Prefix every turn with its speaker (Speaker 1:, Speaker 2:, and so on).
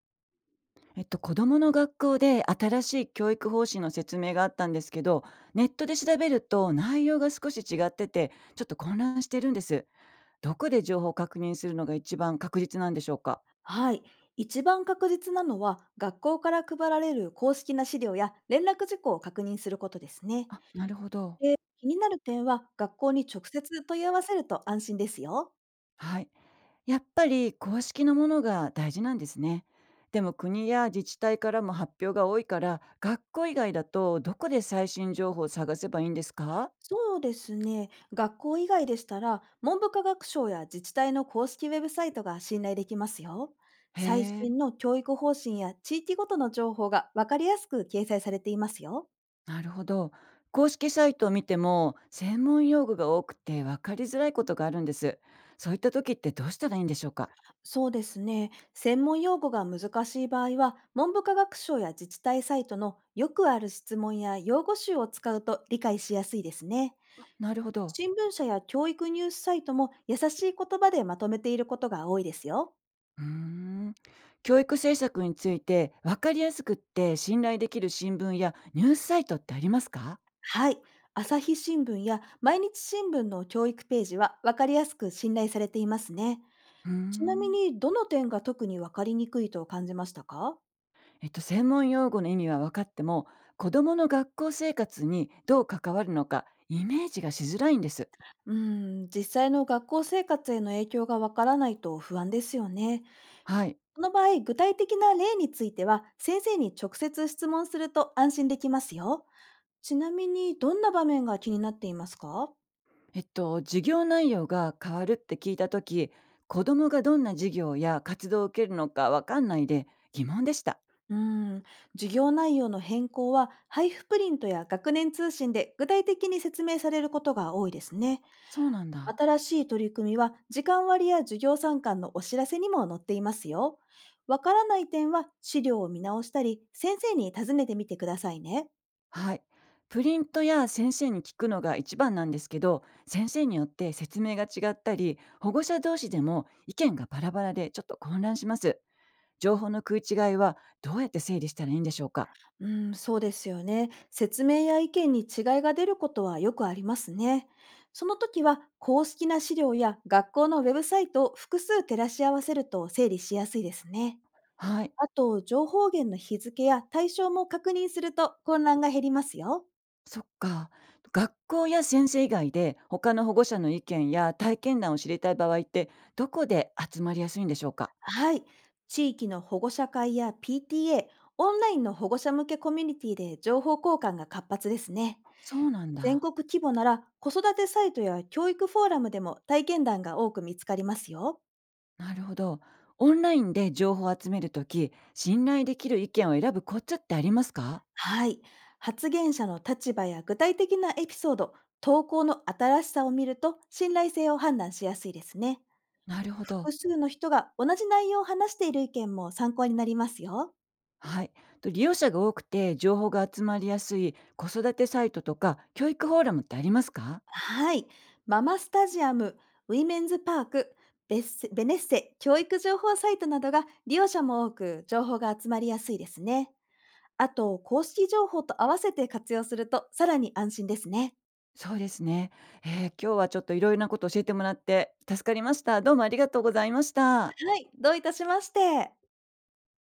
Speaker 1: 子供の学校で新しい教育方針の説明があったんですけど、ネットで調べると内容が少し違ってて、ちょっと混乱してるんです。どこで情報を確認するのが一番確実なんでしょうか？
Speaker 2: はい。一番確実なのは、学校から配られる公式な資料や連絡事項を確認することですね。
Speaker 1: あ、なるほど。
Speaker 2: で、気になる点は学校に直接問い合わせると安心ですよ。
Speaker 1: はい。やっぱり公式のものが大事なんですね。でも国や自治体からも発表が多いから、学校以外だとどこで最新情報を探せばいいんですか？
Speaker 2: そうですね。学校以外でしたら、文部科学省や自治体の公式ウェブサイトが信頼できますよ。
Speaker 1: へ
Speaker 2: 最
Speaker 1: え。
Speaker 2: 新の教育方針や地域ごとの情報が分かりやすく掲載されていますよ。
Speaker 1: なるほど。公式サイトを見ても専門用語が多くて分かりづらいことがあるんです。そういった時ってどうしたらいいんでしょうか？
Speaker 2: そうですね。専門用語が難しい場合は、文部科学省や自治体サイトのよくある質問や用語集を使うと理解しやすいですね。
Speaker 1: なるほど。
Speaker 2: 新聞社や教育ニュースサイトも優しい言葉でまとめていることが多いですよ。
Speaker 1: うーん。教育政策について分かりやすくって信頼できる新聞やニュースサイトってありますか？
Speaker 2: はい。朝日新聞や毎日新聞の教育ページは分かりやすく信頼されていますね。
Speaker 1: うー
Speaker 2: ちなみ
Speaker 1: ん。
Speaker 2: に、どの点が特に分かりにくいと感じましたか？
Speaker 1: 専門用語の意味は分かっても子どもの学校生活にどう関わるのかイメージがしづらいんです。
Speaker 2: うーん、実際の学校生活への影響が分からないと不安ですよね。
Speaker 1: はい。
Speaker 2: その場合、具体的な例については、先生に直接質問すると安心できますよ。ちなみに、どんな場面が気になっていますか？
Speaker 1: 授業内容が変わるって聞いたとき、子供がどんな授業や活動を受けるのかわかんないで疑問でした。
Speaker 2: うーん、授業内容の変更は、配布プリントや学年通信で具体的に説明されることが多いですね。
Speaker 1: そうなんだ。
Speaker 2: 新しい取り組みは、時間割や授業参観のお知らせにも載っていますよ。わからない点は、資料を見直したり、先生に尋ねてみてくださいね。
Speaker 1: はい。プリントや先生に聞くのが一番なんですけど、先生によって説明が違ったり、保護者同士でも意見がバラバラでちょっと混乱します。情報の食い違いはどうやって整理したらいいんでしょうか？
Speaker 2: うん、そうですよね。説明や意見に違いが出ることはよくありますね。その時は公式な資料や学校のウェブサイトを複数照らし合わせると整理しやすいですね。
Speaker 1: はい。
Speaker 2: あと、情報源の日付や対象も確認すると混乱が減りますよ。
Speaker 1: そっか。学校や先生以外で他の保護者の意見や体験談を知りたい場合ってどこで集まりやすいんでしょうか？
Speaker 2: はい。地域の保護者会や PTA、オンラインの保護者向けコミュニティで情報交換が活発ですね。
Speaker 1: そうなん
Speaker 2: 全
Speaker 1: だ。
Speaker 2: 国規模なら子育てサイトや教育フォーラムでも体験談が多く見つかりますよ。
Speaker 1: なるほど。オンラインで情報を集めるとき、信頼できる意見を選ぶコツってありますか？
Speaker 2: はい。発言者の立場や具体的なエピソード、投稿の新しさを見ると信頼性を判断しやすいですね。
Speaker 1: なるほど。
Speaker 2: 複数の人が同じ内容を話している意見も参考になりますよ。
Speaker 1: はい。と利用者が多くて情報が集まりやすい子育てサイトとか教育フォーラムってありますか？
Speaker 2: はい。ママスタジアム、ウィメンズパーク、ベネッセ教育情報サイトなどが利用者も多く情報が集まりやすいですね。あと、公式情報と合わせて活用するとさらに安心ですね。
Speaker 1: そうですね。今日はちょっといろいろなことを教えてもらって助かりました。どうもありがとうございました。
Speaker 2: はい。どういたしまして。